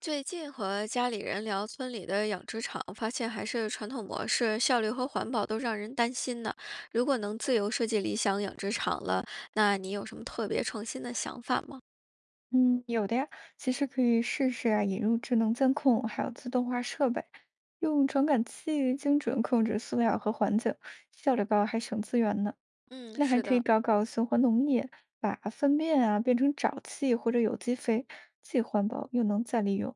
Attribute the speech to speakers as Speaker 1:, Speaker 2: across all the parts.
Speaker 1: 最近和家里人聊村里的养殖场，发现还是传统模式，效率和环保都让人担心呢。如果能自由设计理想养殖场了，那你有什么特别创新的想法吗？
Speaker 2: 嗯，有的呀，其实可以试试啊，引入智能监控，还有自动化设备，用传感器精准控制饲料和环境，效率高还省资源呢。
Speaker 1: 嗯，
Speaker 2: 那还
Speaker 1: 是
Speaker 2: 可以
Speaker 1: 的，
Speaker 2: 搞搞循环农业，把粪便啊变成沼气或者有机肥，既环保又能再利用。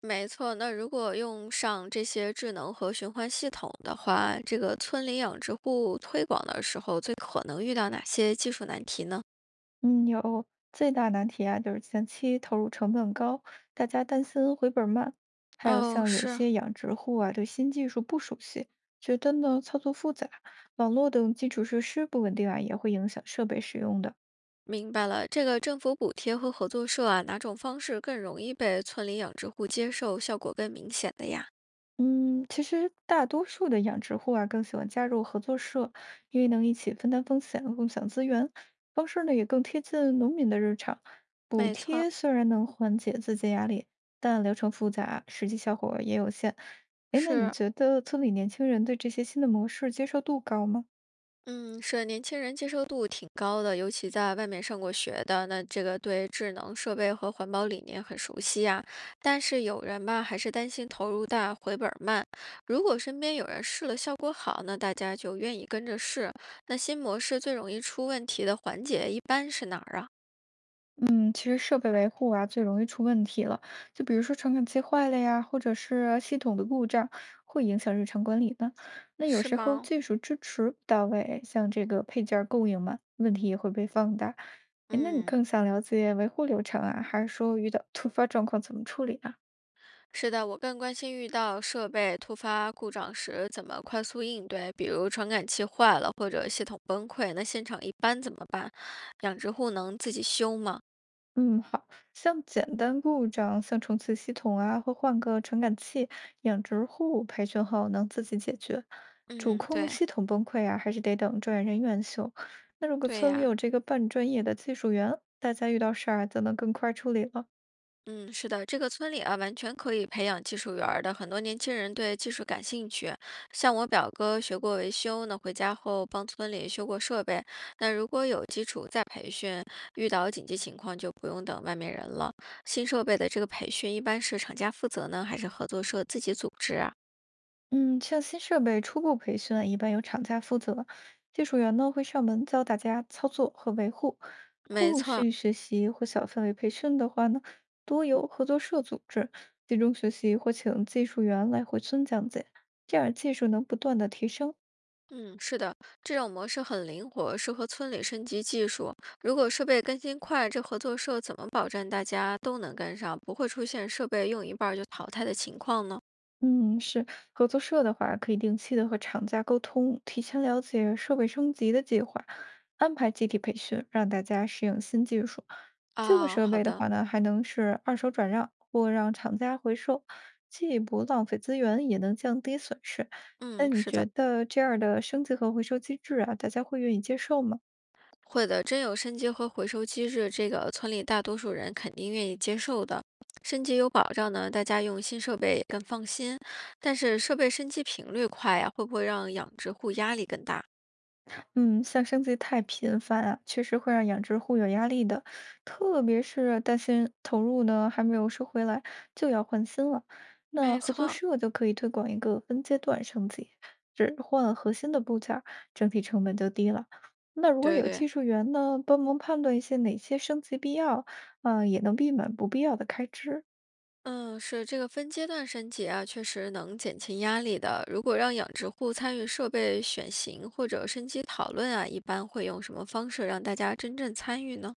Speaker 1: 没错，那如果用上这些智能和循环系统的话，这个村里养殖户推广的时候，最可能遇到哪些技术难题呢？
Speaker 2: 嗯，有最大难题啊，就是前期投入成本高，大家担心回本儿慢，还有
Speaker 1: 哦，
Speaker 2: 像有
Speaker 1: 是
Speaker 2: 些养殖户啊，对新技术不熟悉，觉得呢操作复杂，网络等基础设施不稳定啊，也会影响设备使用的。
Speaker 1: 明白了，这个政府补贴和合作社啊，哪种方式更容易被村里养殖户接受，效果更明显的呀？
Speaker 2: 嗯，其实大多数的养殖户啊，更喜欢加入合作社，因为能一起分担风险、共享资源，方式呢也更贴近农民的日常。补
Speaker 1: 没错，
Speaker 2: 贴虽然能缓解资金压力，但流程复杂，实际效果也有限。哎，那你
Speaker 1: 是
Speaker 2: 觉得村里年轻人对这些新的模式接受度高吗？
Speaker 1: 嗯，是年轻人接受度挺高的，尤其在外面上过学的，那这个对智能设备和环保理念很熟悉啊。但是有人吧，还是担心投入大回本儿慢。如果身边有人试了效果好，那大家就愿意跟着试。那新模式最容易出问题的环节一般是哪儿啊？
Speaker 2: 嗯，其实设备维护啊，最容易出问题了。就比如说传感器坏了呀，或者是系统的故障，会影响日常管理的。那有
Speaker 1: 是
Speaker 2: 时候
Speaker 1: 吗？
Speaker 2: 技术支持不到位，像这个配件儿供应嘛，问题也会被放大。哎，那你
Speaker 1: 嗯。
Speaker 2: 更想了解维护流程啊，还是说遇到突发状况怎么处理啊？
Speaker 1: 是的，我更关心遇到设备突发故障时怎么快速应对，比如传感器坏了或者系统崩溃，那现场一般怎么办？养殖户能自己修吗？
Speaker 2: 嗯，好，像简单故障，像重启系统啊，或换个传感器、养殖户培训后能自己解决。主
Speaker 1: 嗯，
Speaker 2: 控
Speaker 1: 对，
Speaker 2: 系统崩溃啊，还是得等专业人员修。那如果
Speaker 1: 对
Speaker 2: 村里
Speaker 1: 呀。
Speaker 2: 有这个半专业的技术员，大家遇到事儿啊就能更快处理了。
Speaker 1: 嗯，是的，这个村里啊，完全可以培养技术员儿的，很多年轻人对技术感兴趣。像我表哥学过维修呢，回家后帮村里修过设备。那如果有基础再培训，遇到紧急情况就不用等外面人了。新设备的这个培训一般是厂家负责呢，还是合作社自己组织啊？
Speaker 2: 嗯，像新设备初步培训啊一般由厂家负责，技术员呢会上门教大家操作和维护。
Speaker 1: 没
Speaker 2: 后
Speaker 1: 错，
Speaker 2: 续学习或小范围培训的话呢，多由合作社组织，集中学习或请技术员来回村讲解，这样技术能不断的提升。
Speaker 1: 嗯，是的，这种模式很灵活，适合村里升级技术。如果设备更新快，这合作社怎么保证大家都能跟上，不会出现设备用一半儿就淘汰的情况呢？
Speaker 2: 嗯，是合作社的话，可以定期的和厂家沟通，提前了解设备升级的计划，安排集体培训，让大家适应新技术。旧
Speaker 1: 啊，
Speaker 2: 设
Speaker 1: 好
Speaker 2: 备的
Speaker 1: 的，
Speaker 2: 话呢，还能是二手转让或让厂家回收，既不浪费资源，也能降低损失。那
Speaker 1: 嗯，
Speaker 2: 你
Speaker 1: 是的，
Speaker 2: 觉得这样的升级和回收机制啊，大家会愿意接受吗？
Speaker 1: 会的，真有升级和回收机制，这个村里大多数人肯定愿意接受的。升级有保障呢，大家用新设备也更放心。但是设备升级频率快呀，会不会让养殖户压力更大？
Speaker 2: 嗯，像升级太频繁啊，确实会让养殖户有压力的，特别是担心投入呢还没有收回来，就要换新了。那
Speaker 1: 没
Speaker 2: 合作
Speaker 1: 错，
Speaker 2: 社就可以推广一个分阶段升级，只换核心的部件儿，整体成本就低了。那如果
Speaker 1: 对
Speaker 2: 有
Speaker 1: 对。
Speaker 2: 技术员呢，帮忙判断一些哪些升级必要，啊、也能避免不必要的开支。
Speaker 1: 嗯，是这个分阶段升级啊，确实能减轻压力的。如果让养殖户参与设备选型或者升级讨论啊，一般会用什么方式让大家真正参与呢？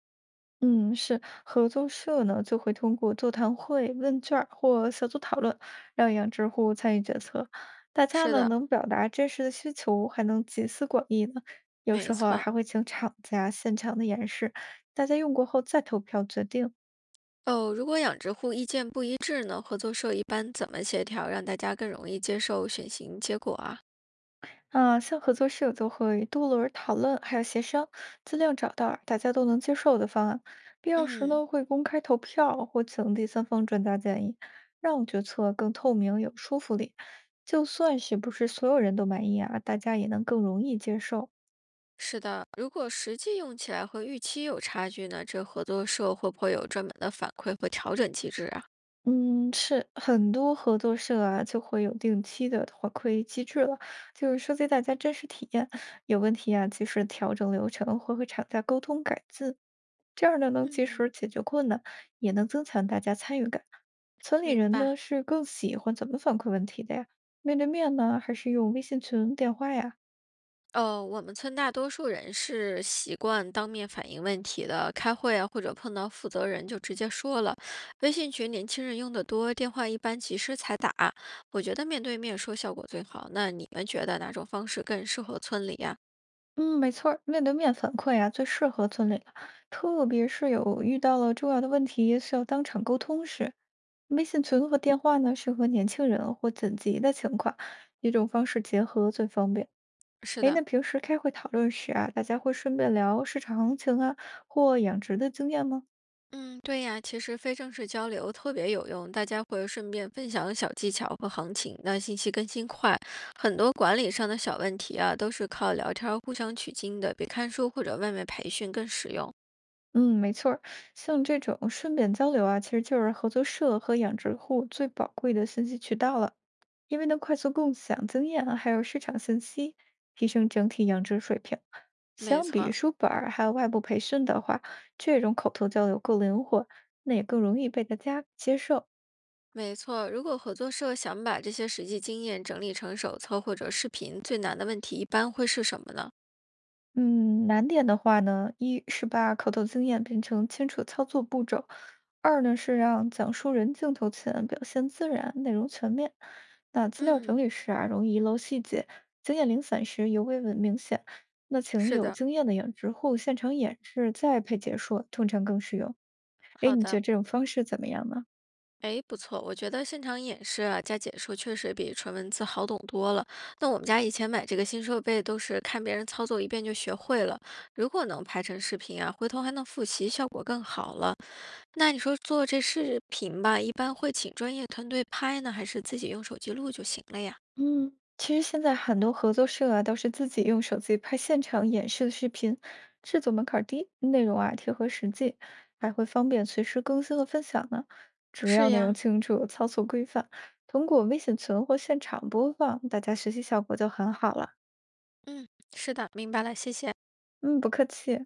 Speaker 2: 嗯，是合作社呢，就会通过座谈会、问卷儿或小组讨论，让养殖户参与决策。大家
Speaker 1: 是
Speaker 2: 呢
Speaker 1: 的，
Speaker 2: 能表达真实的需求，还能集思广益呢。有时
Speaker 1: 没
Speaker 2: 候啊
Speaker 1: 错。
Speaker 2: 还会请厂家现场的演示，大家用过后再投票决定。
Speaker 1: 哦，如果养殖户意见不一致呢，合作社一般怎么协调，让大家更容易接受选型结果啊？
Speaker 2: 啊，像合作社就会多轮儿讨论，还有协商，尽量找到大家都能接受的方案。必要时
Speaker 1: 嗯，
Speaker 2: 呢，会公开投票或请第三方专家建议，让决策更透明、有说服力。就算是不是所有人都满意啊，大家也能更容易接受。
Speaker 1: 是的，如果实际用起来和预期有差距呢，这合作社会不会有专门的反馈和调整机制啊？
Speaker 2: 嗯，是很多合作社啊，就会有定期的回馈机制了，就是收集大家真实体验，有问题啊，及时调整流程，或和厂家沟通改进，这样呢能及时
Speaker 1: 嗯，
Speaker 2: 解决困难，也能增强大家参与感。村里
Speaker 1: 明
Speaker 2: 人呢
Speaker 1: 白。
Speaker 2: 是更喜欢怎么反馈问题的呀？面对面呢，还是用微信群、电话呀？
Speaker 1: 哦，我们村大多数人是习惯当面反映问题的，开会啊或者碰到负责人就直接说了。微信群年轻人用的多，电话一般及时才打。我觉得面对面说效果最好。那你们觉得哪种方式更适合村里呀？
Speaker 2: 嗯，没错儿，面对面反馈啊，最适合村里了。特别是有遇到了重要的问题，需要当场沟通时，微信群和电话呢，适合年轻人或紧急的情况，一种方式结合最方便。
Speaker 1: 是
Speaker 2: 诶，那
Speaker 1: 的，
Speaker 2: 平时开会讨论时啊，大家会顺便聊市场行情啊，或养殖的经验吗？
Speaker 1: 嗯，对呀，其实非正式交流特别有用，大家会顺便分享小技巧和行情，那信息更新快。很多管理上的小问题啊，都是靠聊天儿互相取经的，比看书或者外面培训更实用。
Speaker 2: 嗯，没错儿，像这种顺便交流啊，其实就是合作社和养殖户最宝贵的信息渠道了，因为能快速共享经验啊，还有市场信息，提升整体养殖水平。
Speaker 1: 没
Speaker 2: 相比
Speaker 1: 错，
Speaker 2: 书本儿还有外部培训的话，这种口头交流更灵活，那也更容易被大家接受。
Speaker 1: 没错。如果合作社想把这些实际经验整理成手册或者视频，最难的问题一般会是什么呢？
Speaker 2: 嗯，难点的话呢，一是把口头经验变成清楚操作步骤，二呢是让讲述人镜头前表现自然，内容全面。那资料整
Speaker 1: 嗯，
Speaker 2: 理时啊，容易遗漏细节，经验零散时尤为文明显。那请
Speaker 1: 是
Speaker 2: 有
Speaker 1: 的，
Speaker 2: 经验的养殖户现场演示再配解说，通常更适用。哎，
Speaker 1: 好
Speaker 2: 你觉
Speaker 1: 的。
Speaker 2: 得这种方式怎么样呢？
Speaker 1: 哎，不错，我觉得现场演示啊，加解说确实比纯文字好懂多了。那我们家以前买这个新设备都是看别人操作一遍就学会了，如果能拍成视频啊，回头还能复习，效果更好了。那你说做这视频吧，一般会请专业团队拍呢，还是自己用手机录就行了呀？
Speaker 2: 嗯，其实现在很多合作社啊，都是自己用手机拍现场演示的视频，制作门槛儿低，内容啊贴合实际，还会方便随时更新和分享呢。主要
Speaker 1: 是
Speaker 2: 内容
Speaker 1: 呀，
Speaker 2: 清楚，操作规范，通过微信群或现场播放，大家学习效果就很好了。
Speaker 1: 嗯，是的，明白了，谢谢。
Speaker 2: 嗯，不客气。